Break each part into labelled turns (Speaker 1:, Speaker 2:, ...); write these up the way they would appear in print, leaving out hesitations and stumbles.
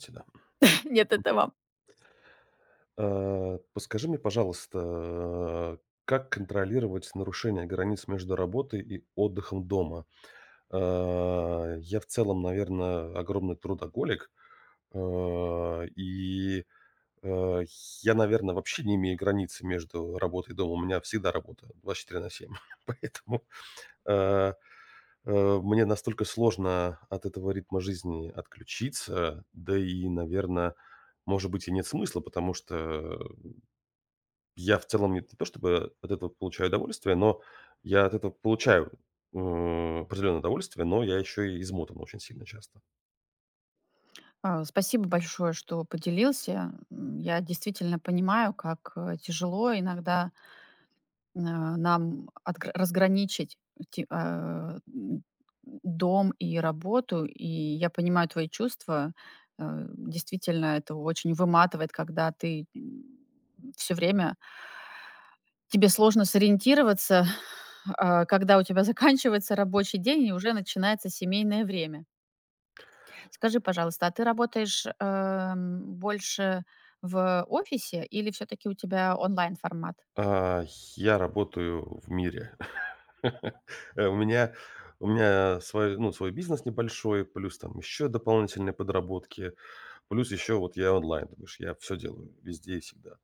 Speaker 1: Всегда.
Speaker 2: Нет, это вам.
Speaker 1: Подскажи мне, пожалуйста, как контролировать нарушение границ между работой и отдыхом дома? Я в целом, наверное, огромный трудоголик, э, и, э, я, наверное, вообще не имею границы между работой и домом. У меня всегда работа 24/7, поэтому, э, мне настолько сложно от этого ритма жизни отключиться, да и, наверное, может быть, и нет смысла, потому что я в целом не то чтобы от этого получаю удовольствие, но я от этого получаю, определенное удовольствие, но я еще и измотан очень сильно часто.
Speaker 2: Спасибо большое, что поделился. Я действительно понимаю, как тяжело иногда нам разграничить те- а, м, дом и работу. И я понимаю твои чувства. Действительно, это очень выматывает, когда ты все время тебе сложно сориентироваться, когда у тебя заканчивается рабочий день и уже начинается семейное время. Скажи, пожалуйста, а ты работаешь, больше в офисе или все таки у тебя онлайн формат?
Speaker 1: А, я работаю в мире. Э, у меня у меня свой, ну, свой бизнес небольшой, плюс там еще дополнительные подработки, плюс еще вот я онлайн, то бишь я все делаю везде и всегда.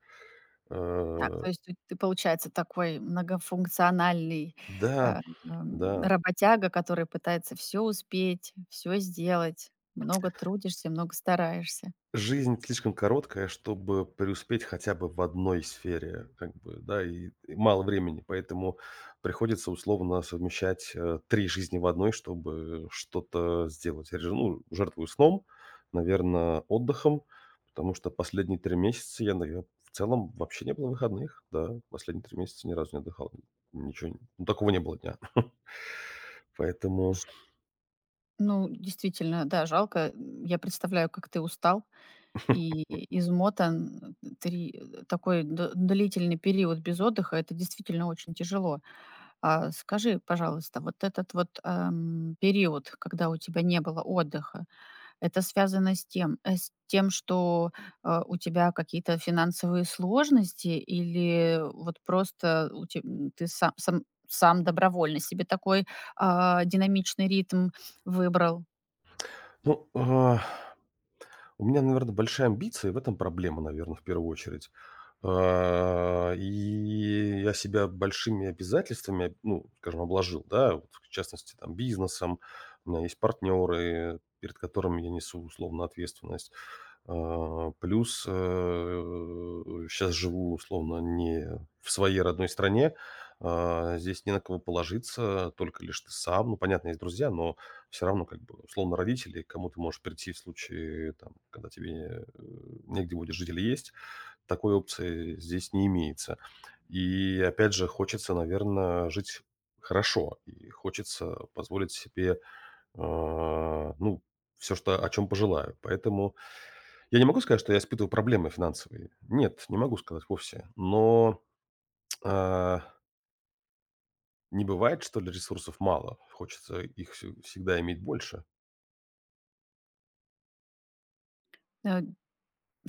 Speaker 1: Э,
Speaker 2: Так, то есть ты, получается, такой многофункциональный,
Speaker 1: да,
Speaker 2: э,
Speaker 1: да.
Speaker 2: работяга, который пытается все успеть, все сделать, много трудишься, много стараешься.
Speaker 1: Жизнь слишком короткая, чтобы преуспеть хотя бы в одной сфере, как бы, да, и мало времени, поэтому приходится условно совмещать, 3 жизни в одной, чтобы что-то сделать. Я же, ну, жертвую сном, наверное, отдыхом, потому что последние 3 месяца я, наве в целом вообще не было выходных. Да, последние 3 месяца ни разу не отдыхал. Ничего, ну, такого не было дня. Поэтому,
Speaker 2: Слушай, ну, действительно, да, жалко. Я представляю, как ты устал и измотан. Ты такой д длительный период без отдыха — это действительно очень тяжело. А скажи, пожалуйста, вот этот вот, период, когда у тебя не было отдыха, это связано с тем с тем, что, у тебя какие-то финансовые сложности или вот просто у ты са сам сам добровольно себе такой, динамичный ритм выбрал?
Speaker 1: ну, а у меня, наверное, большая амбиция, и в этом проблема, наверное, в первую очередь. И я себя большими обязательствами, ну, скажем, обложил, да, вот, в частности, там, бизнесом. У меня есть партнеры, перед которыми я несу условно ответственность. Плюс, сейчас живу условно не в своей родной стране, здесь не на кого положиться, только лишь ты сам. Ну, понятно, есть друзья, но все равно как бы условно родители, к кому ты можешь прийти в случае, там, когда тебе, негде будет жить или есть. Такой опции здесь не имеется. И опять же, хочется, наверное, жить хорошо, и хочется позволить себе, а, ну, все что о чем пожелаю. Поэтому я не могу сказать, что я испытываю проблемы финансовые. Нет, не могу сказать вовсе. Но, а, не бывает, что ли, ресурсов мало. Хочется их всю всегда иметь больше,
Speaker 2: Э,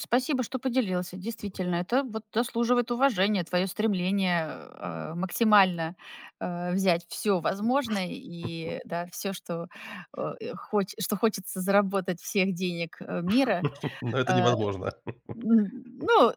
Speaker 2: Спасибо, что поделился. Действительно, это вот заслуживает уважения, твое стремление максимально взять все возможное и да, все, что, что хочется заработать всех денег мира,
Speaker 1: но это
Speaker 2: э,
Speaker 1: невозможно.
Speaker 2: М, ну,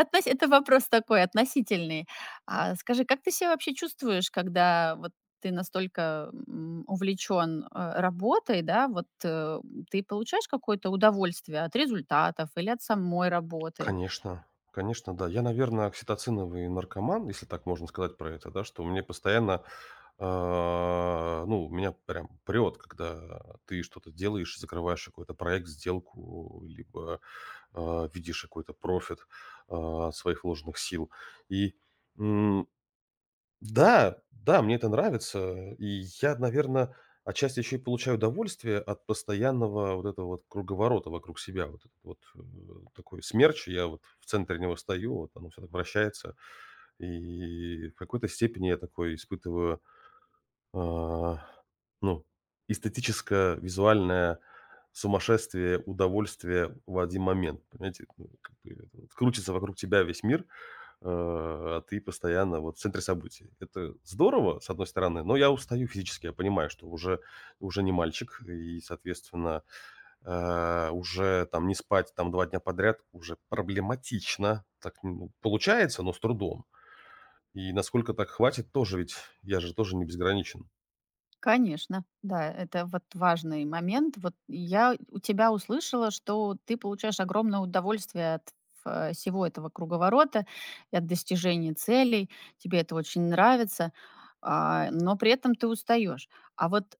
Speaker 2: относи это вопрос такой относительный. А скажи, как ты себя вообще чувствуешь, когда вот ты настолько, увлечен, работой, да? Вот, ты получаешь какое-то удовольствие от результатов или от самой работы?
Speaker 1: Конечно, конечно, да. Я, наверное, окситоциновый наркоман, если так можно сказать про это, да, что мне постоянно, меня прям прет, когда ты что-то делаешь, закрываешь какой-то проект, сделку, либо видишь какой-то профит от своих вложенных сил. И м, да, да, мне это нравится. И я, наверное, отчасти еще и получаю удовольствие от постоянного вот этого вот круговорота вокруг себя. Вот этот вот, такой смерч. Я вот в центре него стою, вот оно все так вращается. И в какой-то степени я такой испытываю, а, ну, эстетическое визуальное сумасшествие, удовольствие в один момент. Понимаете, ну, как бы, вот крутится вокруг тебя весь мир. Э, а ты постоянно вот в центре событий. Это здорово, с одной стороны, но я устаю физически. Я понимаю, что уже не мальчик и, соответственно, уже там не спать там 2 дня подряд уже проблематично. Так, ну, получается, но с трудом. И насколько так хватит, тоже ведь я же тоже не безграничен.
Speaker 2: Конечно, да, это вот важный момент. Вот я у тебя услышала, что ты получаешь огромное удовольствие от всего этого круговорота, и от достижения целей, тебе это очень нравится, но при этом ты устаешь. А вот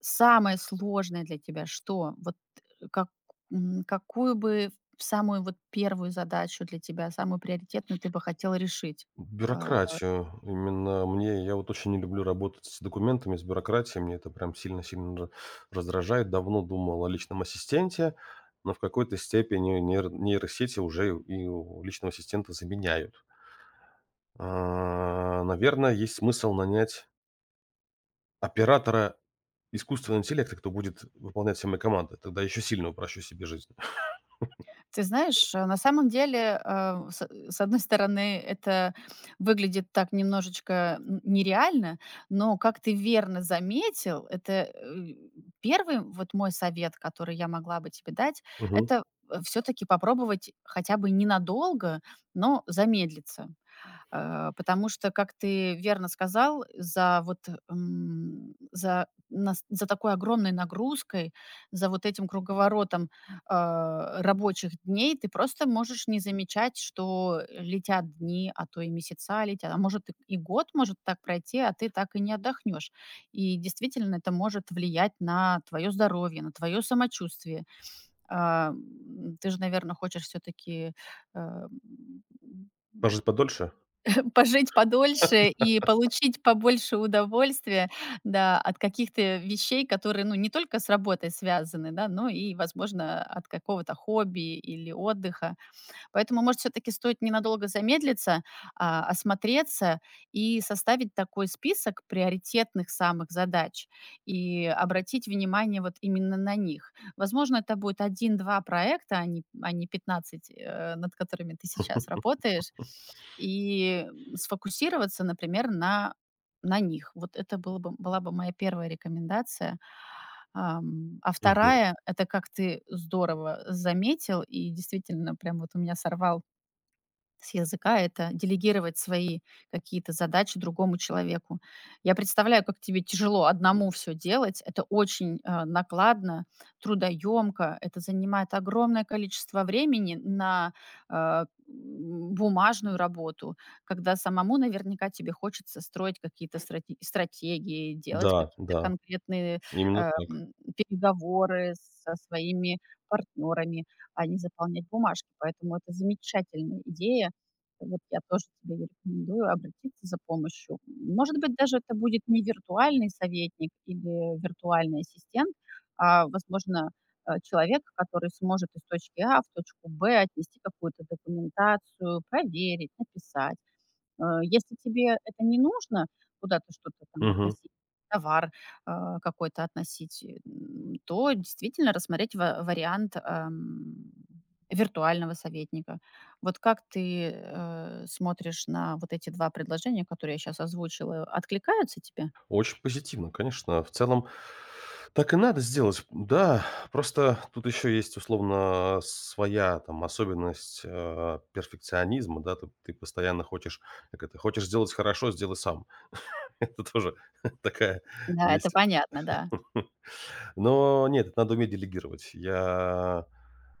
Speaker 2: самое сложное для тебя что? Вот как, какую бы самую вот первую задачу для тебя, самую приоритетную ты бы хотела решить? э,
Speaker 1: Бюрократию. Именно мне я вот очень не люблю работать с документами, с бюрократией. Мне это прям сильно-сильно раздражает. Давно думал о личном ассистенте, но в какой-то степени нейросети уже и у личного ассистента заменяют. Наверное, есть смысл нанять оператора искусственного интеллекта, кто будет выполнять все мои команды. Тогда еще сильно упрощу себе жизнь.
Speaker 2: Ты знаешь, на самом деле, с одной стороны, это выглядит так немножечко н нереально, но, как ты верно заметил, это, 1 вот мой совет, который я могла бы тебе дать —
Speaker 1: Мгм.
Speaker 2: это, все таки попробовать хотя бы ненадолго, но замедлиться. Потому что, как ты верно сказал, за вот, за нас за такой огромной нагрузкой, за вот этим круговоротом, рабочих дней ты просто можешь не замечать, что летят дни, а то и месяца летят, а может, и год может так пройти, а ты так и не отдохнешь. И действительно, это может влиять на твое здоровье, на твое самочувствие. Ты же, наверное, хочешь все-таки, э,
Speaker 1: Пожить подольше?
Speaker 2: пожить подольше и получить побольше удовольствия, да, от каких-то вещей, которые, ну, не только с работой связаны, да, но и, возможно, от какого-то хобби или отдыха. Поэтому, может, все таки стоит ненадолго замедлиться, осмотреться и составить такой список приоритетных самых задач и обратить внимание вот именно на них. Возможно, это будет один-два проекта, а не 15, над которыми ты сейчас работаешь, и сфокусироваться, например, на них. Вот это было бы была бы моя первая рекомендация. А
Speaker 1: Мгм.
Speaker 2: вторая, это, как ты здорово заметил, и действительно, прям вот у меня сорвал с языка это делегировать свои какие-то задачи другому человеку. Я представляю, как тебе тяжело одному все делать. Это очень, накладно, трудоемко, это занимает огромное количество времени на, бумажную работу, когда самому наверняка тебе хочется строить какие-то стратегии, делать
Speaker 1: Да,
Speaker 2: какие-то
Speaker 1: да,
Speaker 2: конкретные,
Speaker 1: именно так.
Speaker 2: переговоры со своими партнерами, а не заполнять бумажки. Поэтому это замечательная идея. Вот я тоже тебе рекомендую обратиться за помощью. Может быть, даже это будет не виртуальный советник или виртуальный ассистент, возможно, человек, который сможет из точки А в точку Б отнести какую-то документацию, проверить, написать. Если тебе это не нужно, куда-то что-то там
Speaker 1: Мгм.
Speaker 2: относить, товар, какой-то относить, то действительно рассмотреть ва вариант, виртуального советника. Вот как ты, смотришь на вот эти 2 предложения, которые я сейчас озвучила? Откликаются тебе?
Speaker 1: Очень позитивно, конечно. В целом так и надо сделать. Да, просто тут еще есть, условно, своя там особенность, перфекционизма, да. Ты постоянно хочешь, как это, хочешь сделать хорошо — сделай сам. Это тоже такая
Speaker 2: Да, это
Speaker 1: есть.
Speaker 2: понятно, да.
Speaker 1: Но нет, это надо уметь делегировать. Я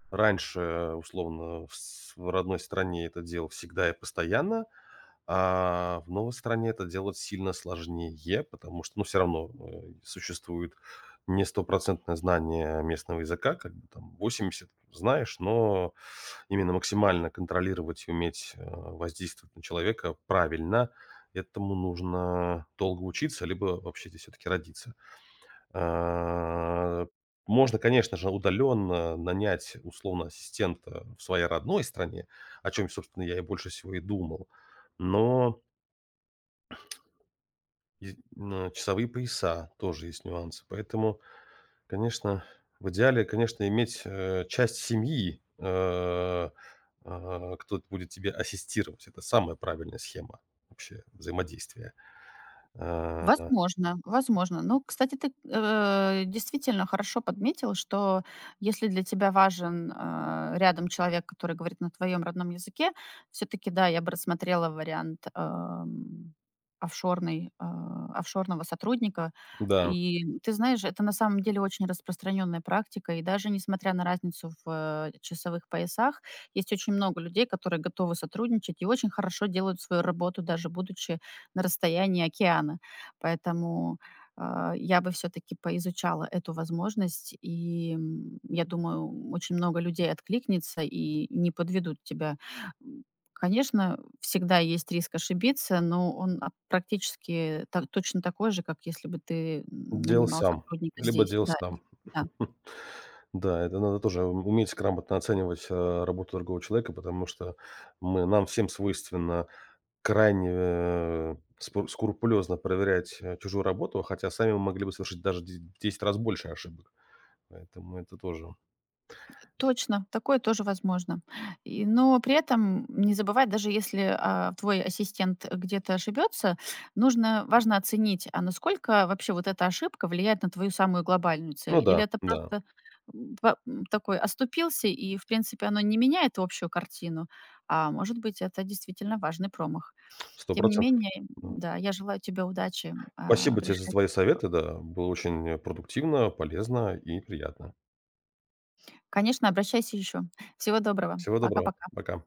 Speaker 1: раньше, условно, в родной стране это делал всегда и постоянно. А в новой стране это делать сильно сложнее, потому что, ну, все равно, существует не стопроцентное знание местного языка, как бы там восемьдесят, знаешь, но именно максимально контролировать и уметь, воздействовать на человека правильно, этому нужно долго учиться, либо вообще здесь все таки родиться. А, Можно, конечно же, удаленно нанять условно ассистента в своей родной стране, о чем, собственно, я и больше всего и думал, но часовые пояса тоже есть нюансы. Поэтому, конечно, в идеале, конечно, иметь, часть семьи, кто будет тебе ассистировать. Это самая правильная схема вообще взаимодействия. А,
Speaker 2: Возможно, возможно. Ну, кстати, ты, действительно хорошо подметил, что если для тебя важен, рядом человек, который говорит на твоем родном языке, все-таки, да, я бы рассмотрела вариант, офшорной, офшорного сотрудника.
Speaker 1: да,
Speaker 2: И ты знаешь, это на самом деле очень распространенная практика. И даже несмотря на разницу в, часовых поясах, есть очень много людей, которые готовы сотрудничать и очень хорошо делают свою работу, даже будучи на расстоянии океана. Поэтому, я бы все таки поизучала эту возможность, и, я думаю, очень много людей откликнется и не подведут тебя. М, Конечно, всегда есть риск ошибиться, но он, практически та точно такой же, как если бы ты,
Speaker 1: делай
Speaker 2: нанимал
Speaker 1: сам,
Speaker 2: сотрудника
Speaker 1: либо
Speaker 2: здесь.
Speaker 1: делай
Speaker 2: Да, и
Speaker 1: сам.
Speaker 2: да.
Speaker 1: Да, это надо тоже уметь грамотно оценивать, работу другого человека, потому что мы нам всем свойственно крайне, э, спу скрупулёзно проверять, чужую работу, хотя сами мы могли бы совершить даже де в 10 раз больше ошибок. Поэтому это тоже
Speaker 2: Точно, такое тоже возможно. И, но при этом не забывать, даже если твой ассистент где-то ошибется, нужно, важно оценить, а насколько вообще вот эта ошибка влияет на твою самую глобальную цель.
Speaker 1: ну да,
Speaker 2: Или это
Speaker 1: да,
Speaker 2: просто такой оступился, и, в принципе, оно не меняет общую картину, а может быть, это действительно важный промах.
Speaker 1: 100.
Speaker 2: Тем не менее,
Speaker 1: Да.
Speaker 2: да, я желаю тебе удачи
Speaker 1: Спасибо
Speaker 2: в
Speaker 1: тебе за
Speaker 2: решении
Speaker 1: твои
Speaker 2: твоего.
Speaker 1: советы, да. Было очень, продуктивно, полезно и приятно.
Speaker 2: Конечно, обращайся еще. Всего доброго.
Speaker 1: Всего доброго.
Speaker 2: Пока-пока.
Speaker 1: Пока.